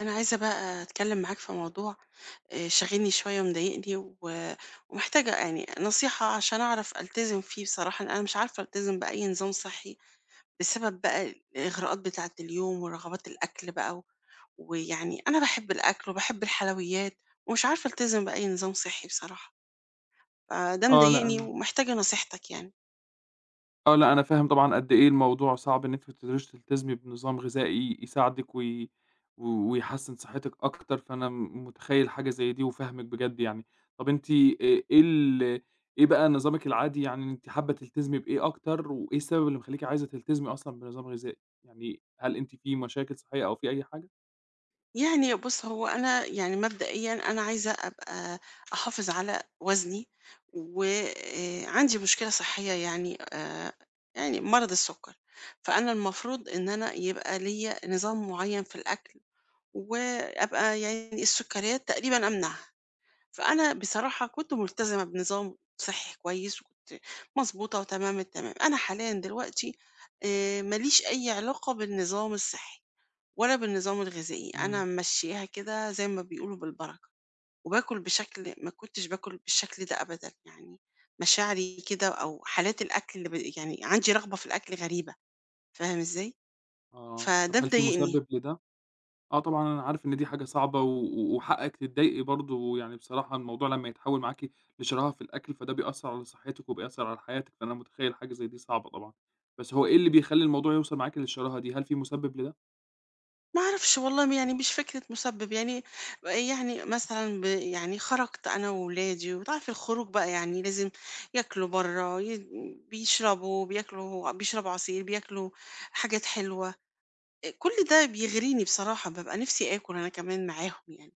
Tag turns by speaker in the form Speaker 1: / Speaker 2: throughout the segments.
Speaker 1: أنا عايزة بقى أتكلم معاك في موضوع شاغلني شوية ومضايقني و- ومحتاجة يعني نصيحة عشان أعرف ألتزم فيه بصراحة لأن أنا مش عارفة ألتزم بأي نظام صحي بسبب بقى الإغراءات بتاعة اليوم ورغبات الأكل بقى و- ويعني أنا بحب الأكل وبحب الحلويات ومش عارفة ألتزم بأي نظام صحي بصراحة. فده
Speaker 2: آه، لأ
Speaker 1: مضايقني
Speaker 2: أنا
Speaker 1: ومحتاجة نصيحتك يعني.
Speaker 2: آه، لأ أنا فاهم طبعًا قد إيه الموضوع صعب إن أنتِ ما بتقدريش تلتزمي بنظام غذائي يساعدِك وي و ويحسّن صحتِك أكتر، فأنا متخيّل حاجة زي دي وفاهمِك بجد يعني. طَب أنتِ إ إيه ال إيه بقى نظامِك العادي؟ يعني أنتِ حابة تلتزمي بإيه أكتر، وإيه السبب اللي مخلّيكِ عايزة تلتزمي أصلًا بنظام غذائي؟ يعني هل أنتِ في مشاكل صحية أو في أي حاجة؟
Speaker 1: يعني بُص، هو أنا يعني مبدئيًا أنا عايزة أبقى أحافظ على وزني، وعندي مشكلة صحية يعني يعني مرض السُكّر، فأنا المفروض إن أنا يبقى ليّا نظام معيّن في الأكل، وأبقى يعني السُكّريات تقريبًا أمنعها، فأنا بصراحة كنت ملتزمة بنظام صحّي كويس، وكنت مضبوطة وتمام التمام. أنا حاليًا دلوقتي ما ليش أي علاقة بالنظام الصحّي. ولا بالنظام الغذائي، أنا
Speaker 2: إمم.
Speaker 1: ماشياها كده زي ما بيقولوا بالبركة، وباكل بشكل ما كنتش باكل بالشكل ده أبدًا، يعني مشاعري كده أو حالات الأكل اللي ب يعني عندي رغبة في الأكل غريبة، فاهم إزاي؟
Speaker 2: آه، طَب
Speaker 1: فده
Speaker 2: هل في
Speaker 1: مضايقني،
Speaker 2: مسبب لده؟ آه، طبعًا أنا عارف إن دي حاجة صعبة و و وحقِّك تتضايقي برضه، يعني بصراحة الموضوع لمّا يتحوّل معاكِ لشراهة في الأكل، فده بيأثّر على صحّتِك وبيأثّر على حياتِك، فأنا متخيّل حاجة زي دي صعبة طبعًا. بس هو إيه اللي بيخلّي الموضوع يوصل معاكِ للشراهة دي؟ هل في مُسبِّب لده؟
Speaker 1: ما أعرفش والله يعني مش فكرة مسبب، يعني يعني مثلًا ب يعني خرجت أنا وولادي وأنت عارف الخروج بقى يعني لازم ياكلوا برّه، ي بيشربوا، بياكلوا بيشربوا عصير، بياكلوا حاجات حلوة. كل ده بيغريني بصراحة، بابقى نِفْسي آكُل أنا كمان معاهم يعني،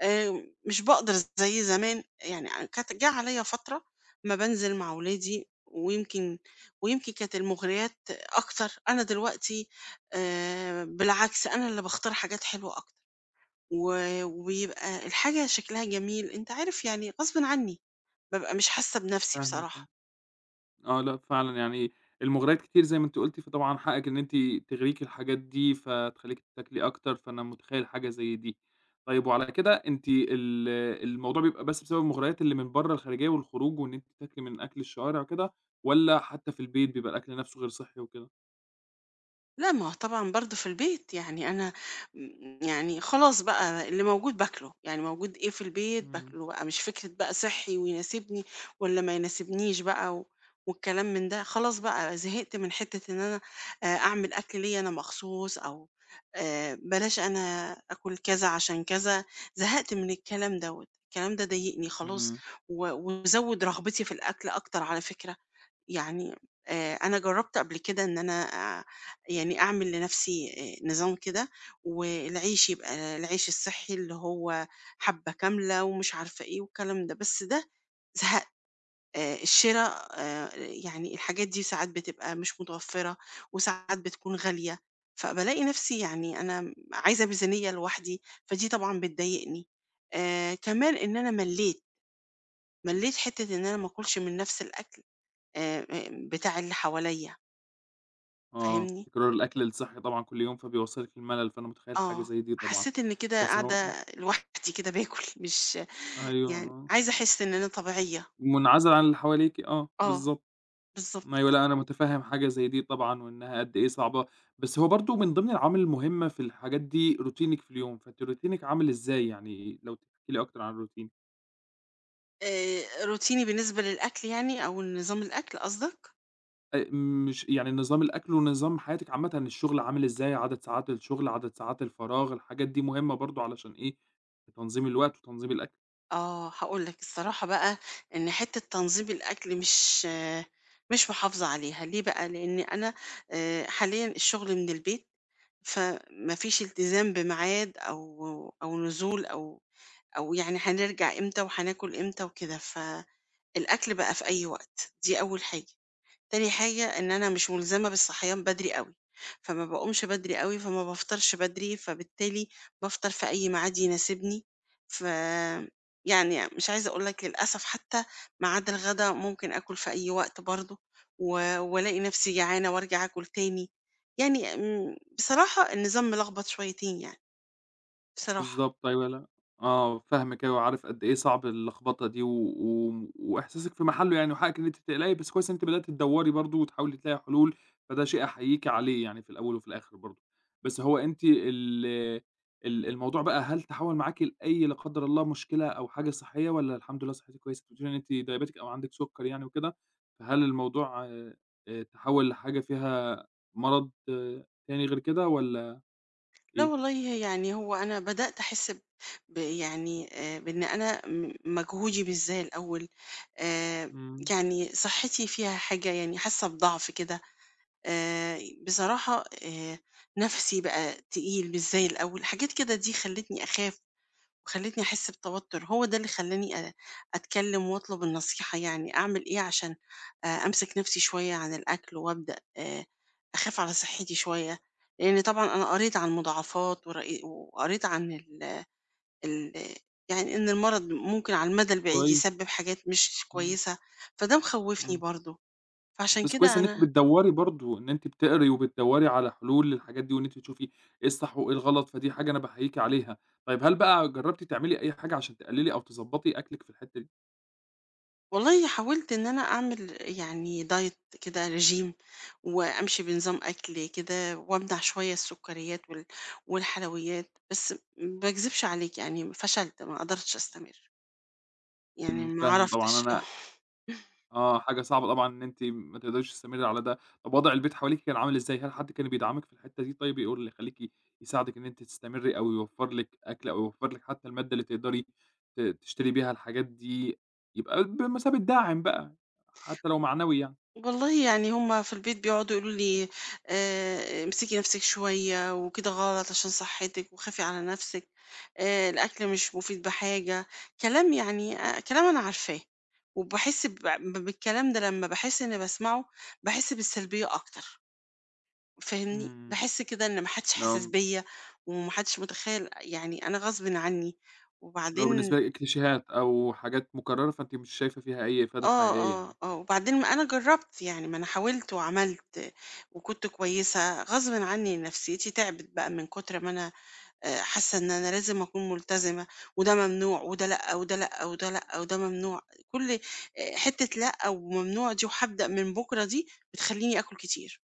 Speaker 1: مش باقدر زي زمان يعني أنا كانت جه عليّا فترة أمّا بانزل مع ولادي ويمكن ويمكن كانت المغريات أكتر، أنا دلوقتي بالعكس أنا اللي باختار حاجات حلوة أكتر، و وبيبقى الحاجة شكلها جميل، أنت عارف يعني غصبٍ عني، بابقى مش حاسة بنَفْسي
Speaker 2: فاهمِك آه.
Speaker 1: بصراحة.
Speaker 2: آه، لأ فعلًا يعني المغريات كتير زي ما أنتِ قُلتِ، فطبعًا حقِّك إن أنتِ تغريكِ الحاجات دي، فتخلّيكِ تاكلي أكتر، فأنا متخيّل حاجة زي دي. طيب وعلى كده أنتِ الموضوع بيبقى بسبب المغريات اللي من برّه الخارجية والخروج وإن أنتِ تاكلي من أكل الشوارع وكده، والّا حتى في البيت بيبقى الأكل نَفْسه غير صحّي وكده؟
Speaker 1: لأ، ما هو طبعًا برضه في البيت، يعني أنا م يعني خلاص بقى اللي موجود باكله، يعني موجود إيه في البيت
Speaker 2: إمم.
Speaker 1: باكله بقى، مش فكرة بقى صحّي ويناسبني والّا ما يناسبنيش بقى و والكلام من ده، خلاص بقى زهقت من حتة إن أنا أعمل أكل ليّا أنا مخصوص أو بلاش أنا آكل كذا عشان كذا، زهقت من الكلام دوّة، الكلام ده ضايقني خلاص
Speaker 2: إمم،
Speaker 1: و وزوّد رغبتي في الأكل أكتر على فكرة. يعني أنا جربت قبل كده إن أنا آه، يعني أعمل لنفسي نظام كده والعيش يبقى العيش الصحي اللي هو حبة كاملة ومش عارفة إيه والكلام ده بس ده زهقت. الشراء، يعني الحاجات دي ساعات بتبقى مش متوفرة وساعات بتكون غالية فبلاقي نفسي يعني أنا عايزة ميزانية لوحدي فدي طبعا بتضايقني. كمان إن أنا مليت حتة إن أنا ما أكلش من نفس الأكل بتاع اللي حواليا،
Speaker 2: آه،
Speaker 1: فاهمني؟
Speaker 2: تكرار الأكل الصحّي طبعًا كل يوم فبيوصّلِك للملل، فأنا متخيّل حاجة
Speaker 1: آه،
Speaker 2: زي دي طبعًا.
Speaker 1: حسيت إن كده
Speaker 2: بس هو آه،
Speaker 1: قاعدة لوحدي كده باكل مش
Speaker 2: أيوه،
Speaker 1: يعني
Speaker 2: آه،
Speaker 1: عايزة أحس إن أنا طبيعية،
Speaker 2: منعزل عن اللي حواليكِ، آه،
Speaker 1: آه،
Speaker 2: بالضبط.
Speaker 1: بالضبط
Speaker 2: أيوه،
Speaker 1: كده.
Speaker 2: لأ، أنا متفهم حاجة زي دي طبعًا، وإنها قد إيه صعبة، بس هو برضه من ضمن العوامل المهمة في الحاجات دي روتينِك في اليوم، فأنتِ روتينِك عامل إزاي؟ يعني لو تحكي لي أكتر عن الروتين.
Speaker 1: روتيني بالنسبة للأكل يعني أو نظام الأكل قصدك؟
Speaker 2: مش يعني نظام الأكل ونظام حياتِك عامةً، الشغل عامل إزاي، عدد ساعات الشغل، عدد ساعات الفراغ، الحاجات دي مهمة برضه علشان إيه، تنظيم الوقت وتنظيم الأكل.
Speaker 1: هاقول لك الصراحة بقى إن حتّة تنظيم الأكل مش مش محافظة عليها، ليه بقى؟ لإن أنا حاليًا الشغل من البيت، فما فيش التزام بميعاد أو أو نزول أو أو يعني هنرجع إمتى وهناكل إمتى وكده ف الأكل بقى في أي وقت، دي أول حاجة، تاني حاجة إن أنا مش ملزمة بالصحيان بدري أوي، فما باقومش بدري أوي، فما بافطرش بدري، فبالتالي بافطر في أي ميعاد يناسبني، ف يعني مش عايزة أقول لك للأسف حتى ميعاد الغدا ممكن آكل في أي وقت برضه و والاقي نفسي جعانة وارجع آكل تاني، يعني م بصراحة النظام ملخبط شويتين يعني، بصراحة.
Speaker 2: بالضبط أيوه، لأ، آه، فاهمِك أيوه، وعارف قد إيه صعب اللخبطة دي و و وإحساسِك في محله يعني، وحقِك إن أنتِ تقلقي، بس كويس إن أنتِ بدأتِ تدوّري برضه وتحاولي تلاقي حلول، فده شيء أحييكِ عليه يعني في الأول وفي الآخر برضه. بس هو أنتِ ال ال الموضوع بقى هل تحوّل معاكِ لأي- لا قدر الله- مشكلة أو حاجة صحية، والّا الحمد لله صحتِك كويسة؟ أنتِ بتقولي إن أنتِ diabetic أو عندِك سُكّر يعني وكده، فهل الموضوع تحوّل لحاجة فيها مرض تاني غير كده والّا
Speaker 1: لا
Speaker 2: إيه؟
Speaker 1: والله يعني هو أنا بدأت أحس ب ب- يعني بإن أنا م- مجهودي مش زي الأول. آه،
Speaker 2: إمم،
Speaker 1: يعني صحتي فيها حاجة يعني حاسة بضعف كده آه، بصراحة. نفسي بقى تقيل مش زي الأول حاجات كده دي خلتني أخاف وخلّتني أحس بتوتر، هو ده اللي خلّاني أ أتكلم وأطلب النصيحة يعني، أعمل إيه عشان أمسك نفسي شوية عن الأكل وأبدأ أخاف على صحتي شوية، لإن طبعًا أنا قريت عن مضاعفات ورأي وقريت عن ال ال يعني إن المرض ممكن على المدى البعيد
Speaker 2: كويس،
Speaker 1: يسبب حاجات مش
Speaker 2: إمم.
Speaker 1: كويسة، فده مخوّفني
Speaker 2: إمم،
Speaker 1: برضه، فعشان
Speaker 2: بس كويس
Speaker 1: كده
Speaker 2: إن أنتِ
Speaker 1: أنا
Speaker 2: بتدوّري برضه، إن أنتِ بتقري وبتدوّري على حلول للحاجات دي، وإن أنتِ تشوفي إيه الصح وإيه الغلط، فدي حاجة أنا باحييكِ عليها. طيب هل بقى جرّبتِ تعملي أي حاجة عشان تقللي أو تضبّطي أكلِك في الحتّة دي؟
Speaker 1: والله حاولت إن أنا أعمل يعني دايت كده رجيم وأمشي بنظام أكل كده وأمنع شوية السكريات وال- والحلويات بس ما أكذبش عليك يعني فشلت ما قدرتش أستمر يعني
Speaker 2: إمم،
Speaker 1: ما
Speaker 2: فاهم طبعًا
Speaker 1: عرفتش اه
Speaker 2: أنا آه، حاجة صعبة طبعًا إن أنتِ ما تقدريش تستمري على ده. طب وضع البيت حواليكِ كان عامل إزاي؟ هل حد كان بيدعمِك في الحتّة دي طيب يقول يخلّيكِ يساعدِك إن أنتِ تستمري، أو يوفّر لِك أكل، أو يوفّر لِك حتى المادة اللي تقدري تشتري بيها الحاجات دي، يبقى بمثابة داعم بقى، حتى لو معنوي يعني؟
Speaker 1: والله يعني هُم في البيت بيقعدوا يقولوا لي امسكي نفسِك شوية وكده غلط عشان صحتِك وخافي على نفسِك، الأكل مش مفيد بحاجة، كلام يعني أ كلام أنا عارفاه، وباحس ب ب بالكلام ده لمّا باحس إني باسمعه، باحس بالسلبية أكتر، فاهمني؟
Speaker 2: إمم،
Speaker 1: باحس كده إن ما حدش حاسس
Speaker 2: لو
Speaker 1: بيّا وما حدش متخيل يعني أنا غصبٍ عني،
Speaker 2: لو
Speaker 1: وبعدين
Speaker 2: بالنسبة لِك كليشيهات أو حاجات مكررة فأنتِ مش شايفة فيها أي إفادة حقيقية يعني،
Speaker 1: وبعدين ما أنا جرّبت، يعني ما أنا حاولت وعملت وكنت كويسة، غصبٍ عنّي نفسيتي تعبت بقى من كتر ما أنا حاسة إن أنا لازم أكون ملتزمة وده ممنوع وده لأ، وده لأ، وده لأ، وده ممنوع، كل حتّة لأ وممنوع دي وهابدأ من بُكرة دي بتخلّيني آكل كتير،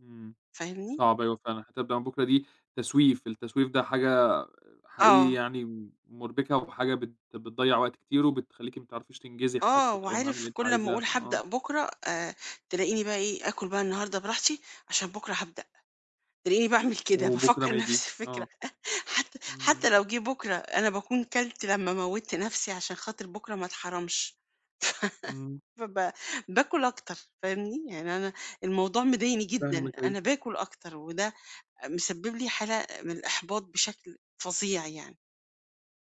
Speaker 2: إمم،
Speaker 1: فاهمني؟
Speaker 2: صعب أيوه فعلًا، هتبدأ من بكرة دي تسويف، التسويف ده حاجة حقيقي
Speaker 1: آه،
Speaker 2: يعني مُربكة وحاجة بتضيّع وقت كتير وبتخلّيكِ ما بتعرفيش تنجزي حاجتِك أو المهام اللي
Speaker 1: وعارف
Speaker 2: أنتِ
Speaker 1: كل أمّا
Speaker 2: عايزاها،
Speaker 1: أقول
Speaker 2: آه،
Speaker 1: هابدأ بُكرة تلاقيني بقى إيه، آكل بقى النهارده براحتي عشان بُكرة هابدأ، تلاقيني باعمل كده،
Speaker 2: وبكرة
Speaker 1: بافكّر
Speaker 2: ما
Speaker 1: نفس
Speaker 2: يجيش،
Speaker 1: الفكرة.
Speaker 2: آه،
Speaker 1: حتى
Speaker 2: إمم،
Speaker 1: حتى لو جه بُكرة، أنا باكون كَلت لمّا موّتت نَفْسي عشان خاطر بُكرة ما اتحرمش،
Speaker 2: إمم،
Speaker 1: فب باكل أكتر، فاهمني؟ يعني أنا الموضوع مضايقني جدًا،
Speaker 2: فاهمِك أيوه.
Speaker 1: أنا باكل أكتر وده مسبِّب لي حالة من الإحباط بشكل فظيع يعني.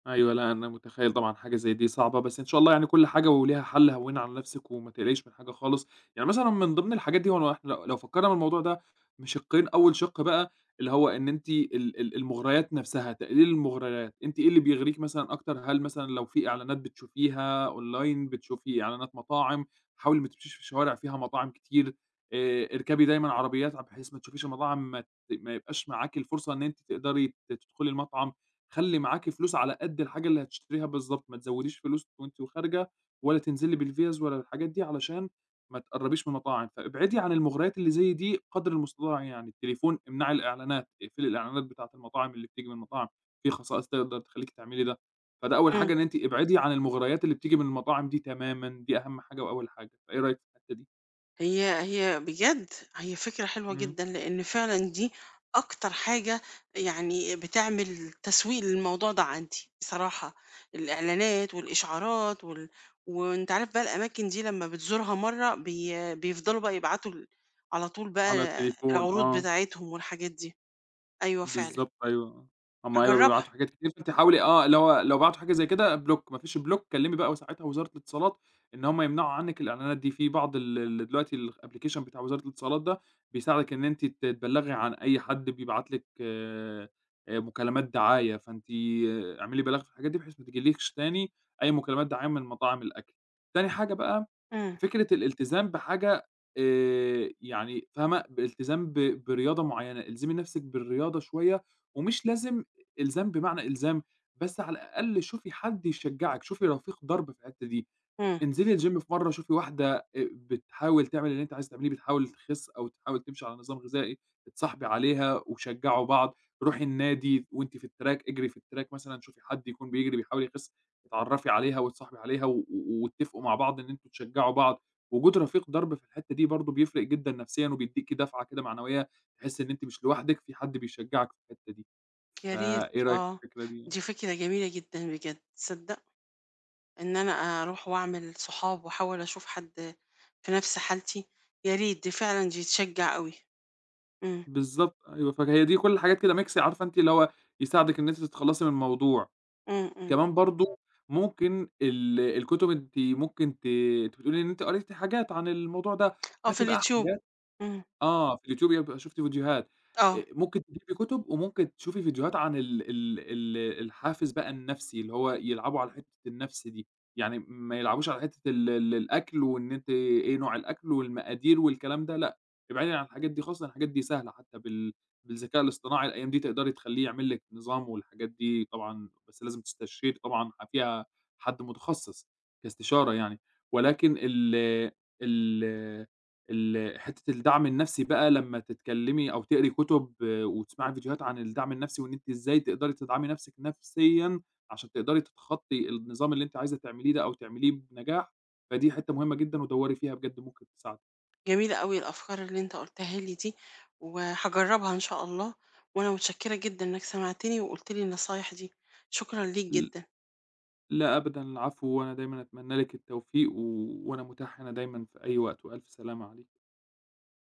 Speaker 2: أيوه، لأ، أنا متخيّل طبعًا حاجة زي دي صعبة، بس إن شاء الله يعني كل حاجة وليها حل، هوّني على نفْسِك وما تقلقيش من حاجة خالص، يعني مثلًا من ضمن الحاجات دي هو إحنا لو فكّرنا من الموضوع ده بشقّين، أول شِق بقى اللي هو إن أنتِ ال ال المغريات نفْسها، تقليل المغريات، أنتِ إيه اللي بيغريكِ مثلًا أكتر؟ هل مثلًا لو في إعلانات بتشوفيها أونلاين، بتشوفي إعلانات مطاعم، حاولي ما تمشيش في شوارع فيها مطاعم كتير، اركبي دايمًا عربيات بحيث ما تشوفيش المطاعم، ما ت ما يبقاش معاكِ الفرصة إن أنتِ تقدري تدخلي المطعم. خلّي معاكِ فلوس على قد الحاجة اللي هتشتريها بالضبط، ما تزوّديش فلوس وأنتِ وخارجة، ولا تنزلي بالفِيََّز ولا الحاجات دي علشان ما تقرّبيش من المطاعم، فابعدي عن المغريات اللي زي دي قدر المستطاع يعني، التليفون امنعي الإعلانات، اقفلي الإعلانات بتاعة المطاعم اللي بتيجي من المطاعم، في خصائص تقدر تخلّيكِ تعملي ده، فده أول
Speaker 1: إمم.
Speaker 2: حاجة، إن أنتِ ابعدي عن المغريات اللي بتيجي من المطاعم دي تمامًا، دي أهم حاجة وأول حاجة، فإيه رأيِك في الحتّة دي؟
Speaker 1: هي هي بجد هي فكرة حلوة
Speaker 2: إمم،
Speaker 1: جدًا، لإن فعلًا دي أكتر حاجة يعني بتعمل تسويق للموضوع ده عندي بصراحة، الإعلانات والإشعارات وال وأنت عارف بقى الأماكن دي لمّا بتزورها مرّة بي بيفضلوا بقى يبعتوا ال على طول
Speaker 2: على
Speaker 1: بقى
Speaker 2: التليفون،
Speaker 1: العروض
Speaker 2: آه.
Speaker 1: بتاعتهم والحاجات دي، أيوه فعلًا،
Speaker 2: بالضبط أيوه، آه. هم أيوه
Speaker 1: هاجربها،
Speaker 2: بيبعتوا حاجات كتير، فأنتِ حاولي آه، اللي هو لو بعتوا حاجة زي كده بلوك، ما فيش بلوك كلّمي بقى ساعتها وزارة الاتصالات إن هم يمنعوا عنِّك الإعلانات دي، في بعض ال ال دلوقتي الأبلكيشن بتاع وزارة الاتصالات ده بيساعدِك إن أنتِ تتبلّغي عن أي حد بيبعت لِك مكالمات دعاية، فأنتِ اعملي بلاغ في الحاجات دي بحيث ما تيجيلكيش تاني أي مكالمات دعاية من مطاعم الأكل. تاني حاجة بقى،
Speaker 1: إمم،
Speaker 2: فكرة الالتزام بحاجة يعني فاهمة، بالتزام برياضة معيّنة، الزمي نَفْسِك بالرياضة شوية ومش لازم إلزام بمعنى إلزام، بس على الأقل شوفي حد يشجّعِك، شوفي رفيق درب في الحتّة دي،
Speaker 1: إمم،
Speaker 2: انزلي الgym في مرّة، شوفي واحدة بتحاول تعمل اللي أنتِ عايزة تعمليه، بتحاول تخِس أو تحاول تمشي على نظام غذائي، اتصاحبي عليها وشجّعوا بعض، روحي النادي وأنتِ في الtrack اجري في الtrack مثلًا، شوفي حد يكون بيجري بيحاول يخِس، اتعرّفي عليها وتصاحبي عليها واتفقوا مع بعض إن أنتم تشجّعوا بعض. وجود رفيق درب في الحتّة دي برضه بيفرق جدًا نفسيًا وبيدّيكِ دفعة كده معنوية، تحسّي إن أنتِ مش لوحدِك، في حد بيشجّعِك في الحتّة دي.
Speaker 1: يا ريت،
Speaker 2: فإيه رأيك في
Speaker 1: آه،
Speaker 2: الفكرة دي يعني؟
Speaker 1: دي فكرة جميلة جدًا بجد، تصدق؟ إن أنا أروح وأعمل صحاب وأحاول أشوف حد في نفس حالتي، يا ريت دي فعلًا دي تشجّع أوي. إمم،
Speaker 2: بالضبط أيوه، فهي دي كل الحاجات كده mix عارفة أنتِ اللي هو يساعدِك إن أنتِ تتخلّصي من الموضوع.
Speaker 1: إمم، إمم.
Speaker 2: كمان برضه ممكن الكتب، أنتِ ممكن أنتِ بتقولي إن أنتِ قريتِ حاجات عن الموضوع ده،
Speaker 1: آه، في
Speaker 2: هاتي بقى
Speaker 1: اليوتيوب.
Speaker 2: حاجات
Speaker 1: إمم،
Speaker 2: آه، في اليوتيوب يبقى شُفتِ فيديوهات،
Speaker 1: آه،
Speaker 2: ممكن تجيبي كُتب وممكن تشوفي فيديوهات عن ال ال ال الحافز بقى النفسي، اللي هو يلعبوا على حتّة النَفْس دي، يعني ما يلعبوش على حتّة ال ال الأكل وإن أنتِ إيه نوع الأكل والمقادير والكلام ده لأ، ابعدي عن الحاجات دي خالص، لإن الحاجات دي سهلة حتّى بالذكاء الاصطناعي الأيام دي تقدري تخلّيه يعمل لِك نظام والحاجات دي طبعًا، بس لازم تستشيري طبعًا فيها حد متخصص كاستشارة يعني، ولكن ال ال ال حتّة الدعم النفسي بقى لمّا تتكلّمي أو تقري كُتب آه، وتسمعي فيديوهات عن الدعم النفسي وإن أنتِ إزاي تقدري تدعمي نفسِك نفسيًا عشان تقدري تتخطّي النظام اللي أنتِ عايزة تعمليه ده أو تعمليه بنجاح، فدي حتّة مهمة جدًا ودوّري فيها بجد ممكن تساعدِك.
Speaker 1: جميلة أوي الأفكار اللي أنت قُلتها لي دي، وهاجرّبها إن شاء الله، وأنا متشكّرة جدًا إنك سمعتني وقُلت لي النصايح دي، شكرًا ليك
Speaker 2: ل
Speaker 1: جدًا.
Speaker 2: لا أبدًا، العفو، وأنا دايمًا أتمنى لِك التوفيق وأنا متاح هنا دايمًا في أي وقت وألْف سلامة عليكِ.